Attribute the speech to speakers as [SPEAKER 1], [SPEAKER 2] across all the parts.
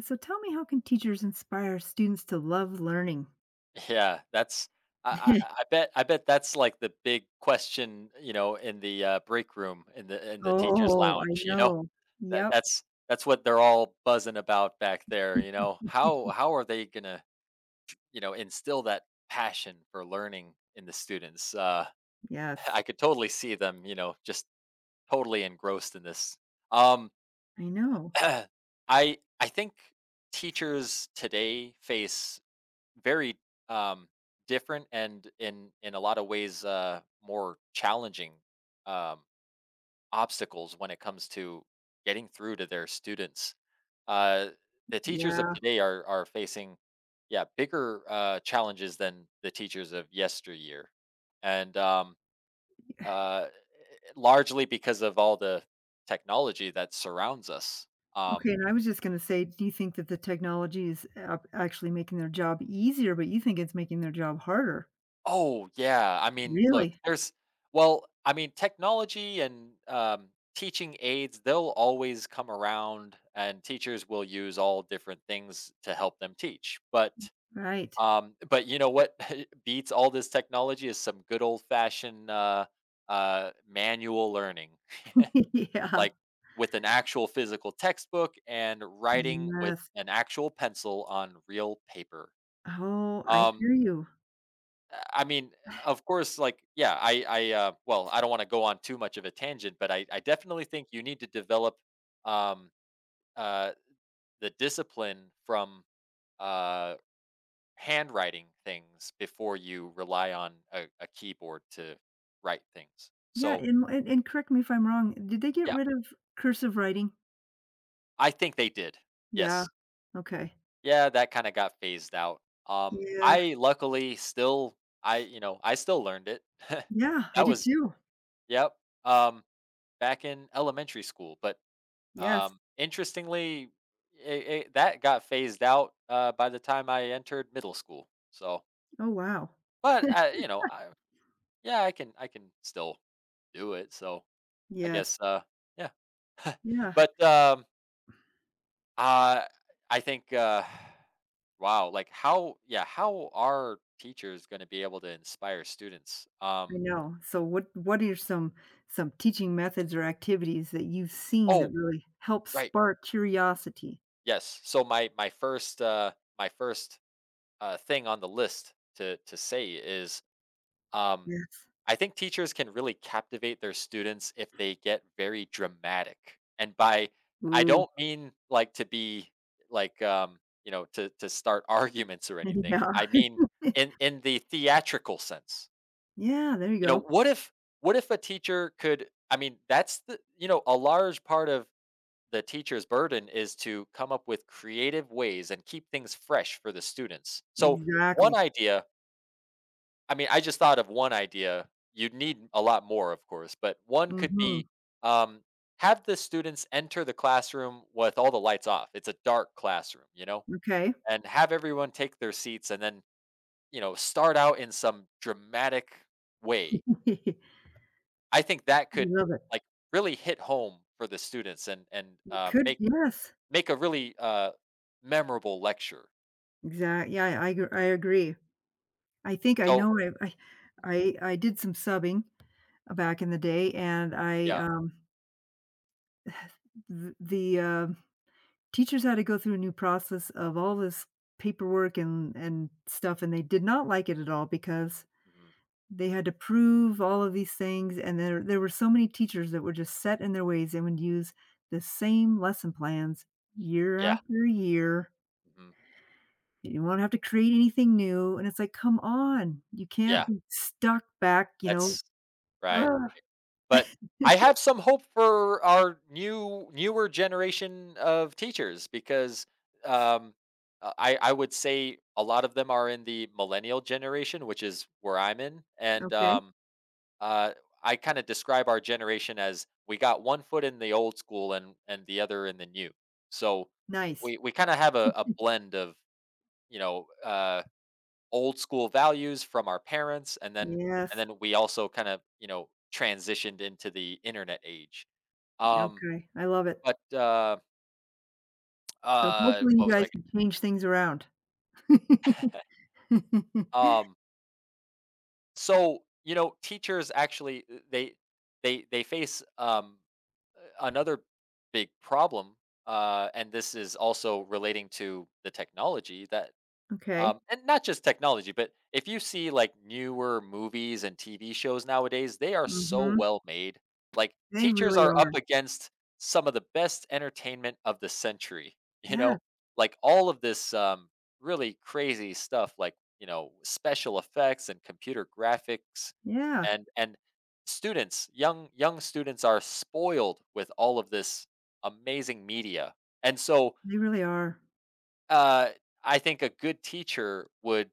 [SPEAKER 1] So tell me, how can teachers inspire students to love learning?
[SPEAKER 2] Yeah, that's I bet that's like the big question, you know, in the break room in the teachers'
[SPEAKER 1] Oh, I
[SPEAKER 2] lounge. You know,
[SPEAKER 1] know.
[SPEAKER 2] that
[SPEAKER 1] Yep.
[SPEAKER 2] that's that's what they're all buzzing about back there. You know, how are they gonna instill that passion for learning in the students?
[SPEAKER 1] Yes,
[SPEAKER 2] I could totally see them, you know, just totally engrossed in this. Um,
[SPEAKER 1] I know.
[SPEAKER 2] I I think teachers today face very um, different and in a lot of ways more challenging um, obstacles when it comes to getting through to their students. Uh, the teachers of
[SPEAKER 1] Yeah.
[SPEAKER 2] today are facing, yeah, bigger challenges than the teachers of yesteryear, and uh, largely because of all the technology that surrounds us.
[SPEAKER 1] Okay,
[SPEAKER 2] Um,
[SPEAKER 1] and I was just going to say, do you think that the technology is actually making their job easier, but you think it's making their job harder?
[SPEAKER 2] Oh, yeah. I mean, look,
[SPEAKER 1] Really?
[SPEAKER 2] there's well, I mean, technology and teaching aids, they'll always come around, and teachers will use all different things to help them teach. But
[SPEAKER 1] Right.
[SPEAKER 2] um, but you know what beats all this technology is some good old fashioned manual learning,
[SPEAKER 1] Yeah.
[SPEAKER 2] like with an actual physical textbook and writing with
[SPEAKER 1] Yes.
[SPEAKER 2] an actual pencil on real paper.
[SPEAKER 1] Oh, I
[SPEAKER 2] Um,
[SPEAKER 1] hear you.
[SPEAKER 2] I mean, of course, like, yeah, well, I don't want to go on too much of a tangent, but I definitely think you need to develop um, uh, the discipline from uh, handwriting things before you rely on a keyboard to write things.
[SPEAKER 1] Yeah,
[SPEAKER 2] So,
[SPEAKER 1] and correct me if I'm wrong. Did they get
[SPEAKER 2] yeah,
[SPEAKER 1] rid of cursive writing?
[SPEAKER 2] I think they did.
[SPEAKER 1] Yeah.
[SPEAKER 2] Yes.
[SPEAKER 1] Okay.
[SPEAKER 2] Yeah, that kind of got phased out.
[SPEAKER 1] Yeah.
[SPEAKER 2] I luckily still, I still learned it.
[SPEAKER 1] Yeah, I
[SPEAKER 2] That
[SPEAKER 1] did
[SPEAKER 2] was,
[SPEAKER 1] too.
[SPEAKER 2] yep, um, back in elementary school. But
[SPEAKER 1] Yes.
[SPEAKER 2] Interestingly, that got phased out by the time I entered middle school. So,
[SPEAKER 1] Oh, wow.
[SPEAKER 2] but I, you know, I, yeah, I can still do it. So I
[SPEAKER 1] Yes.
[SPEAKER 2] guess, yeah.
[SPEAKER 1] Yeah,
[SPEAKER 2] But uh, I think, wow, like how, yeah, how are teachers going to be able to inspire students?
[SPEAKER 1] I know. So what are some teaching methods or activities that you've seen
[SPEAKER 2] Oh,
[SPEAKER 1] that really help
[SPEAKER 2] right,
[SPEAKER 1] spark curiosity?
[SPEAKER 2] yes. So my first thing on the list to say is um
[SPEAKER 1] Yes.
[SPEAKER 2] I think teachers can really captivate their students if they get very dramatic. And by I
[SPEAKER 1] Ooh.
[SPEAKER 2] don't mean like to be like, you know, to start arguments or anything. I
[SPEAKER 1] Yeah.
[SPEAKER 2] mean in the theatrical sense.
[SPEAKER 1] Yeah, there you
[SPEAKER 2] You know,
[SPEAKER 1] go.
[SPEAKER 2] what if a teacher could, I mean, that's the, you know, a large part of the teacher's burden is to come up with creative ways and keep things fresh for the students. So, one
[SPEAKER 1] Exactly.
[SPEAKER 2] idea I mean, I just thought of one idea. You'd need a lot more, of course, but one could be,
[SPEAKER 1] Mhm.
[SPEAKER 2] um, have the students enter the classroom with all the lights off. It's a dark classroom, you know,
[SPEAKER 1] Okay.
[SPEAKER 2] and have everyone take their seats, and then, you know, start out in some dramatic way.
[SPEAKER 1] I
[SPEAKER 2] I think that could,
[SPEAKER 1] love it.
[SPEAKER 2] like, really hit home for the students and
[SPEAKER 1] It could,
[SPEAKER 2] make
[SPEAKER 1] yes.
[SPEAKER 2] a really memorable lecture.
[SPEAKER 1] Exactly. Yeah, I agree. I think I
[SPEAKER 2] So
[SPEAKER 1] know I did some subbing, back in the day, and
[SPEAKER 2] yeah,
[SPEAKER 1] th the, uh teachers had to go through a new process of all this paperwork and stuff, and they did not like it at all because
[SPEAKER 2] mhm,
[SPEAKER 1] they had to prove all of these things, and there were so many teachers that were just set in their ways and would use the same lesson plans year
[SPEAKER 2] yeah,
[SPEAKER 1] after year.
[SPEAKER 2] mhm,
[SPEAKER 1] You won't have to create anything new, and it's like, "Come on, you can't
[SPEAKER 2] yeah.
[SPEAKER 1] be stuck back, you know."
[SPEAKER 2] That's right.
[SPEAKER 1] Ugh.
[SPEAKER 2] But I have some hope for our newer generation of teachers because um, I would say a lot of them are in the millennial generation, which is where I'm in, and
[SPEAKER 1] Okay,
[SPEAKER 2] uh, I kind of describe our generation as we got one foot in the old school and the other in the new. So
[SPEAKER 1] nice.
[SPEAKER 2] we kind of have a blend of, you know. Old school values from our parents, and then and
[SPEAKER 1] Yes,
[SPEAKER 2] then we also kind of, you know, transitioned into the internet age. Um,
[SPEAKER 1] okay, I love it.
[SPEAKER 2] but, uh,
[SPEAKER 1] So hopefully
[SPEAKER 2] what
[SPEAKER 1] you
[SPEAKER 2] was I?
[SPEAKER 1] guys can change things around.
[SPEAKER 2] um, so, you know, teachers actually, they they face, uh, another big problem, and this is also relating to the technology that
[SPEAKER 1] Okay.
[SPEAKER 2] And not just technology, but if you see like newer movies and TV shows nowadays, they are so
[SPEAKER 1] Mhm.
[SPEAKER 2] well made. Like
[SPEAKER 1] They
[SPEAKER 2] teachers
[SPEAKER 1] really
[SPEAKER 2] are up
[SPEAKER 1] are.
[SPEAKER 2] against some of the best entertainment of the century, you
[SPEAKER 1] Yeah,
[SPEAKER 2] know, like all of this, really crazy stuff, like, you know, special effects and computer graphics
[SPEAKER 1] yeah.
[SPEAKER 2] and students, young students are spoiled with all of this amazing media, and so,
[SPEAKER 1] They really are.
[SPEAKER 2] uh, I think a good teacher would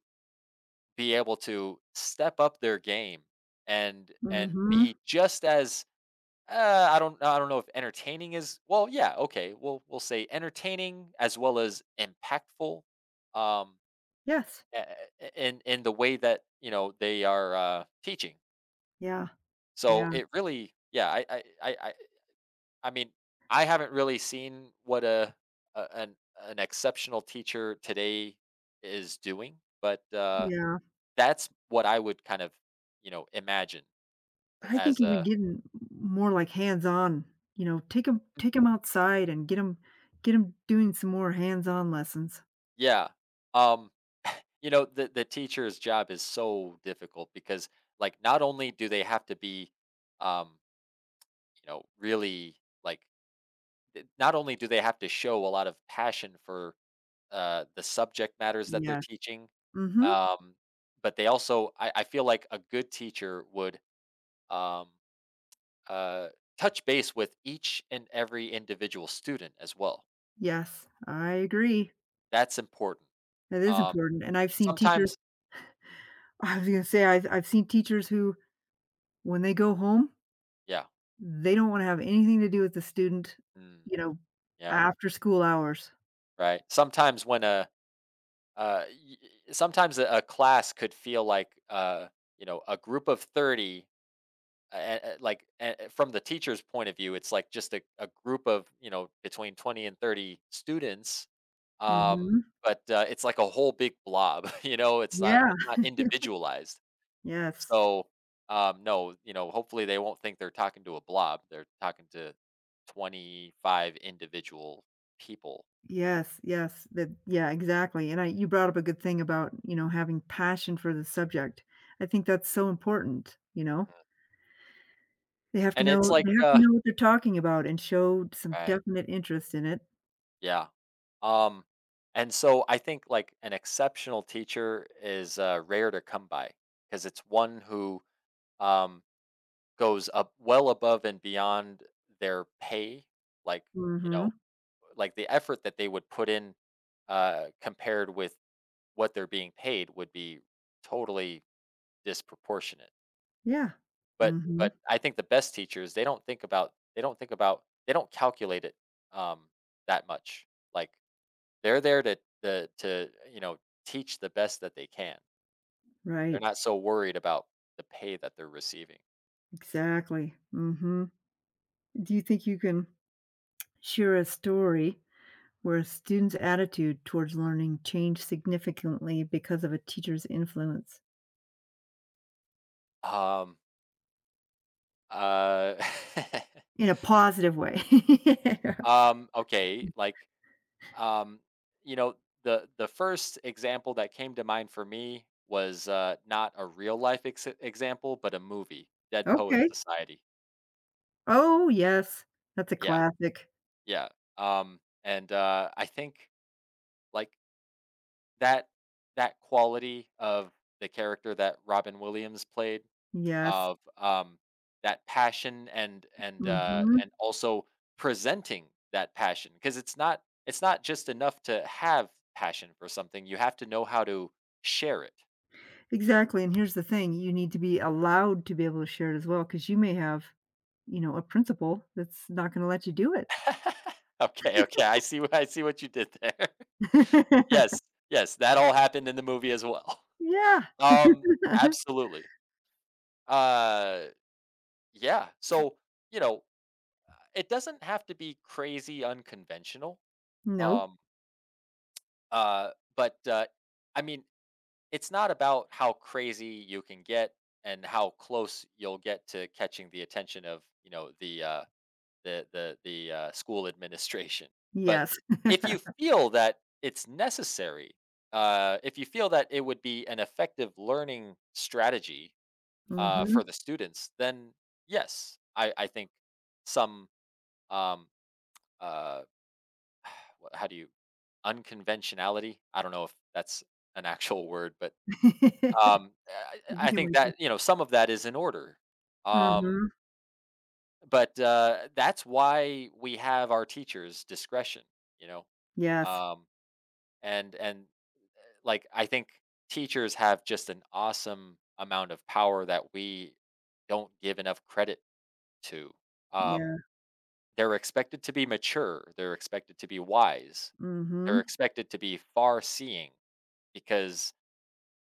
[SPEAKER 2] be able to step up their game and
[SPEAKER 1] Mhm.
[SPEAKER 2] be just as, I don't know if entertaining is, well, yeah, okay, we'll say entertaining as well as impactful, um
[SPEAKER 1] Yes.
[SPEAKER 2] a- in the way that, you know, they are teaching.
[SPEAKER 1] Yeah,
[SPEAKER 2] So
[SPEAKER 1] yeah,
[SPEAKER 2] it really, yeah, I mean, I haven't really seen what a an exceptional teacher today is doing, but
[SPEAKER 1] yeah.
[SPEAKER 2] that's what I would kind of, you know, imagine.
[SPEAKER 1] I think
[SPEAKER 2] As
[SPEAKER 1] even
[SPEAKER 2] a
[SPEAKER 1] getting more, like, hands-on, you know, take them outside and get them doing some more hands-on lessons.
[SPEAKER 2] Yeah. Um, you know, the teacher's job is so difficult because, like, not only do they have to be, um, you know, really, like, not only do they have to show a lot of passion for the subject matters that they're
[SPEAKER 1] Yes.
[SPEAKER 2] teaching,
[SPEAKER 1] Mhm.
[SPEAKER 2] um, but they also, I feel like a good teacher would um uh touch base with each and every individual student as well.
[SPEAKER 1] Yes, I agree.
[SPEAKER 2] That's important.
[SPEAKER 1] That is
[SPEAKER 2] Um
[SPEAKER 1] important, and I've seen teachers
[SPEAKER 2] Sometimes mhm,
[SPEAKER 1] I was gonna say, I've seen teachers who, when they go home,
[SPEAKER 2] yeah.
[SPEAKER 1] they don't wanna have anything to do with the student,
[SPEAKER 2] Mm.
[SPEAKER 1] you know,
[SPEAKER 2] Yeah,
[SPEAKER 1] after school hours.
[SPEAKER 2] right. Sometimes when a, sometimes a class could feel like, you know, a group of 30, from the teacher's point of view, it's like just a group of, you know, between 20 and 30 students. Um,
[SPEAKER 1] Mhm.
[SPEAKER 2] but It's like a whole big blob, you know, it's
[SPEAKER 1] Yeah.
[SPEAKER 2] not individualized.
[SPEAKER 1] Yes.
[SPEAKER 2] So, no, you know, hopefully they won't think they're talking to a blob. They're talking to 25 individual people.
[SPEAKER 1] Yes, yes, that, yeah, exactly, and I, you brought up a good thing about, you know, having passion for the subject. I think that's so important, you know?
[SPEAKER 2] Mhm.
[SPEAKER 1] They have to
[SPEAKER 2] And it's
[SPEAKER 1] know
[SPEAKER 2] like,
[SPEAKER 1] they have to know what they're talking about and show some
[SPEAKER 2] right.
[SPEAKER 1] definite interest in it.
[SPEAKER 2] Yeah. Um, and so I think like an exceptional teacher is rare to come by because it's one who, um, goes up well above and beyond their pay, like, you know,
[SPEAKER 1] Mhm.
[SPEAKER 2] like the effort that they would put in, compared with what they're being paid would be totally disproportionate.
[SPEAKER 1] Yeah.
[SPEAKER 2] But
[SPEAKER 1] Mhm.
[SPEAKER 2] I think the best teachers, they don't calculate it, um, that much. Like, they're there to you know, teach the best that they can. They're
[SPEAKER 1] Right.
[SPEAKER 2] not so worried about the pay that they're receiving.
[SPEAKER 1] Exactly. Mhm. Do you think you can share a story where a student's attitude towards learning changed significantly because of a teacher's influence?
[SPEAKER 2] Um, uh,
[SPEAKER 1] In a positive way. Yeah.
[SPEAKER 2] okay, like, um, you know, the first example that came to mind for me was, not a real life ex example, but a movie, Dead Poets
[SPEAKER 1] Okay.
[SPEAKER 2] Society.
[SPEAKER 1] Oh, yes. That's a
[SPEAKER 2] Yeah,
[SPEAKER 1] classic.
[SPEAKER 2] yeah. I think, like, that quality of the character that Robin Williams played
[SPEAKER 1] Yes.
[SPEAKER 2] of, that passion and
[SPEAKER 1] Mhm.
[SPEAKER 2] and also presenting that passion, because it's not just enough to have passion for something, you have to know how to share it.
[SPEAKER 1] Exactly, and here's the thing, you need to be allowed to be able to share it as well, because you may have, you know, a principal that's not gonna let you do it.
[SPEAKER 2] Okay, okay, I see what you did there. Yes, yes, that all happened in the movie as well.
[SPEAKER 1] Yeah.
[SPEAKER 2] Um, Absolutely. Uh, yeah, so, you know, it doesn't have to be crazy unconventional,
[SPEAKER 1] Nope.
[SPEAKER 2] um, uh, but, I mean, it's not about how crazy you can get and how close you'll get to catching the attention of, you know, the, school administration. But
[SPEAKER 1] Yes.
[SPEAKER 2] if you feel that it's necessary, if you feel that it would be an effective learning strategy for
[SPEAKER 1] Mhm.
[SPEAKER 2] the students, then yes, I think some, um, uh, how do you, unconventionality? I don't know if that's an actual word, but Um,
[SPEAKER 1] I
[SPEAKER 2] I I
[SPEAKER 1] think it
[SPEAKER 2] think
[SPEAKER 1] might be
[SPEAKER 2] that, you know, some of that is in order. Um,
[SPEAKER 1] Mhm.
[SPEAKER 2] but, that's why we have our teachers' discretion, you know?
[SPEAKER 1] Yes.
[SPEAKER 2] Um, and like, I think teachers have just an awesome amount of power that we don't give enough credit to. Um,
[SPEAKER 1] Yeah.
[SPEAKER 2] they're expected to be mature, they're expected to be wise, they're
[SPEAKER 1] Mhm.
[SPEAKER 2] expected to be far-seeing, because,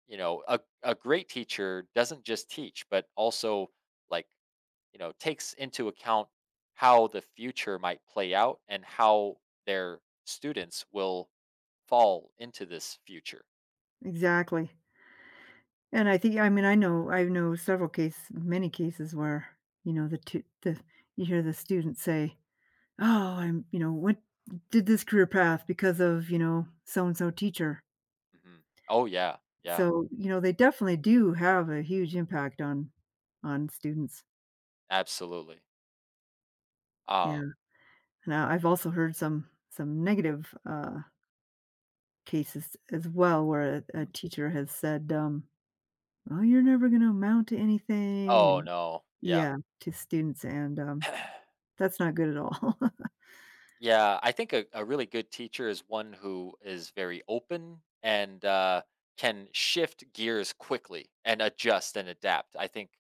[SPEAKER 2] you know, a great teacher doesn't just teach, but also, like, you know, takes into account how the future might play out and how their students will fall into this future.
[SPEAKER 1] Exactly. And I think, I mean, I know several cases, many cases where, you know, the tu the you hear the students say, "Oh, I'm," you know, "what did this career path because of, you know, so and so teacher."
[SPEAKER 2] Hmm. Oh yeah, yeah,
[SPEAKER 1] So, you know, they definitely do have a huge impact on students.
[SPEAKER 2] absolutely. Um,
[SPEAKER 1] Yeah. And I've also heard some negative, cases as well where a
[SPEAKER 2] Mm.
[SPEAKER 1] teacher has said, "oh, you're never gonna amount to anything."
[SPEAKER 2] Oh
[SPEAKER 1] And
[SPEAKER 2] no. Yeah.
[SPEAKER 1] yeah, to students, and, that's not good at all.
[SPEAKER 2] Yeah. I think a really good teacher is one who is very open and can shift gears quickly and adjust and adapt. I think,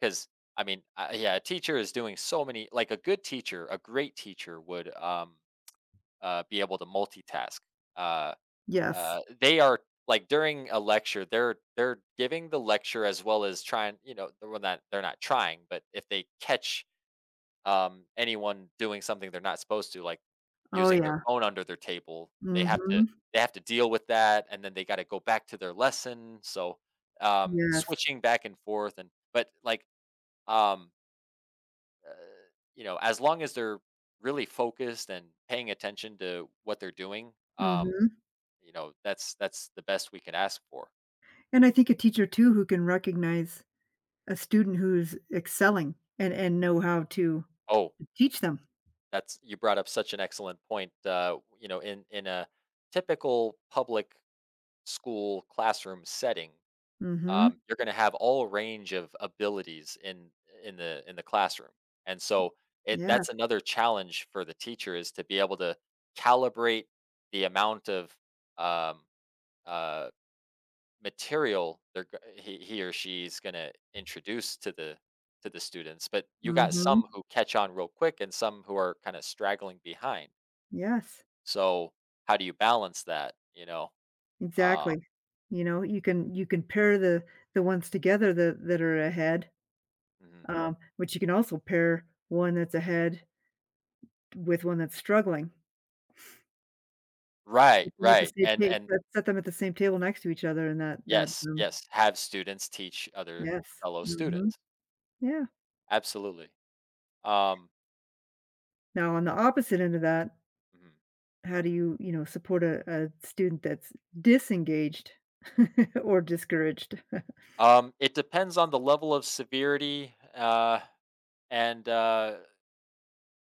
[SPEAKER 2] because, I mean, yeah, a teacher is doing so many. Like a good teacher, a great teacher would be able to multitask. Uh,
[SPEAKER 1] Yes.
[SPEAKER 2] they are, like, during a lecture, they're giving the lecture as well as trying. You know, they're not, they're not trying, but if they catch, anyone doing something they're not supposed to, like
[SPEAKER 1] Oh,
[SPEAKER 2] using their
[SPEAKER 1] yeah.
[SPEAKER 2] phone under their table, they have to
[SPEAKER 1] Mhm.
[SPEAKER 2] deal with that, and then they got to go back to their lesson. So,
[SPEAKER 1] Yes.
[SPEAKER 2] switching back and forth, and but like um uh, you know, as long as they're really focused and paying attention to what they're doing,
[SPEAKER 1] Mhm.
[SPEAKER 2] you know, that's the best we can ask for.
[SPEAKER 1] And I think a teacher too who can recognize a student who's excelling and know how to
[SPEAKER 2] Oh,
[SPEAKER 1] teach them.
[SPEAKER 2] that's, you brought up such an excellent point. You know, in a typical public school classroom setting,
[SPEAKER 1] Mhm.
[SPEAKER 2] you're going to have all range of abilities in the classroom, and so it
[SPEAKER 1] Yeah.
[SPEAKER 2] that's another challenge for the teacher, is to be able to calibrate the amount of, um, uh, material they're he or she's going to introduce to the students. But you got
[SPEAKER 1] Mhm.
[SPEAKER 2] some who catch on real quick and some who are kind of straggling behind,
[SPEAKER 1] Yes.
[SPEAKER 2] so how do you balance that, you know, uh
[SPEAKER 1] Exactly. You know, you can pair the ones together that that are ahead,
[SPEAKER 2] mhm.
[SPEAKER 1] but you can also pair one that's ahead with one that's struggling.
[SPEAKER 2] Right,
[SPEAKER 1] Sit them at the
[SPEAKER 2] right,
[SPEAKER 1] same
[SPEAKER 2] and
[SPEAKER 1] ta,
[SPEAKER 2] and
[SPEAKER 1] set set them at the same table next to each other in that that
[SPEAKER 2] yes,
[SPEAKER 1] room.
[SPEAKER 2] yes, have students teach other
[SPEAKER 1] Yes.
[SPEAKER 2] fellow
[SPEAKER 1] Mhm.
[SPEAKER 2] students.
[SPEAKER 1] Yeah.
[SPEAKER 2] Absolutely. um
[SPEAKER 1] Now on the opposite end of that,
[SPEAKER 2] mhm.
[SPEAKER 1] how do you, you know, support a student that's disengaged or discouraged
[SPEAKER 2] It depends on the level of severity, and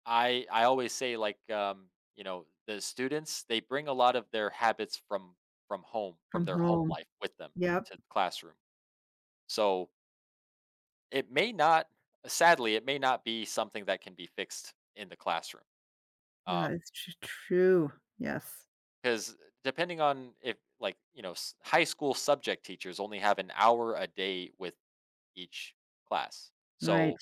[SPEAKER 2] I always say, like, you know, the students, they bring a lot of their habits from home, from
[SPEAKER 1] from
[SPEAKER 2] their home
[SPEAKER 1] home?
[SPEAKER 2] life with them
[SPEAKER 1] Yep.
[SPEAKER 2] to the classroom. So it may not, sadly, it may not be something that can be fixed in the classroom.
[SPEAKER 1] That
[SPEAKER 2] Um,
[SPEAKER 1] is tr true. Yes.
[SPEAKER 2] because, depending on, if like, you know, high school subject teachers only have an hour a day with each class.
[SPEAKER 1] Right.
[SPEAKER 2] So,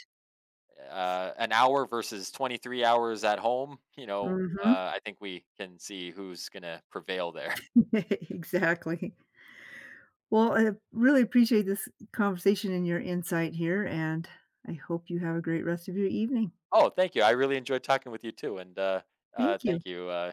[SPEAKER 2] an hour versus 23 hours at home, you know,
[SPEAKER 1] Mhm.
[SPEAKER 2] I think we can see who's going to prevail there.
[SPEAKER 1] Exactly. Well, I really appreciate this conversation and your insight here, and I hope you have a great rest of your evening.
[SPEAKER 2] Oh, thank you. I really enjoyed talking with you too. And
[SPEAKER 1] Thank you.
[SPEAKER 2] Thank you.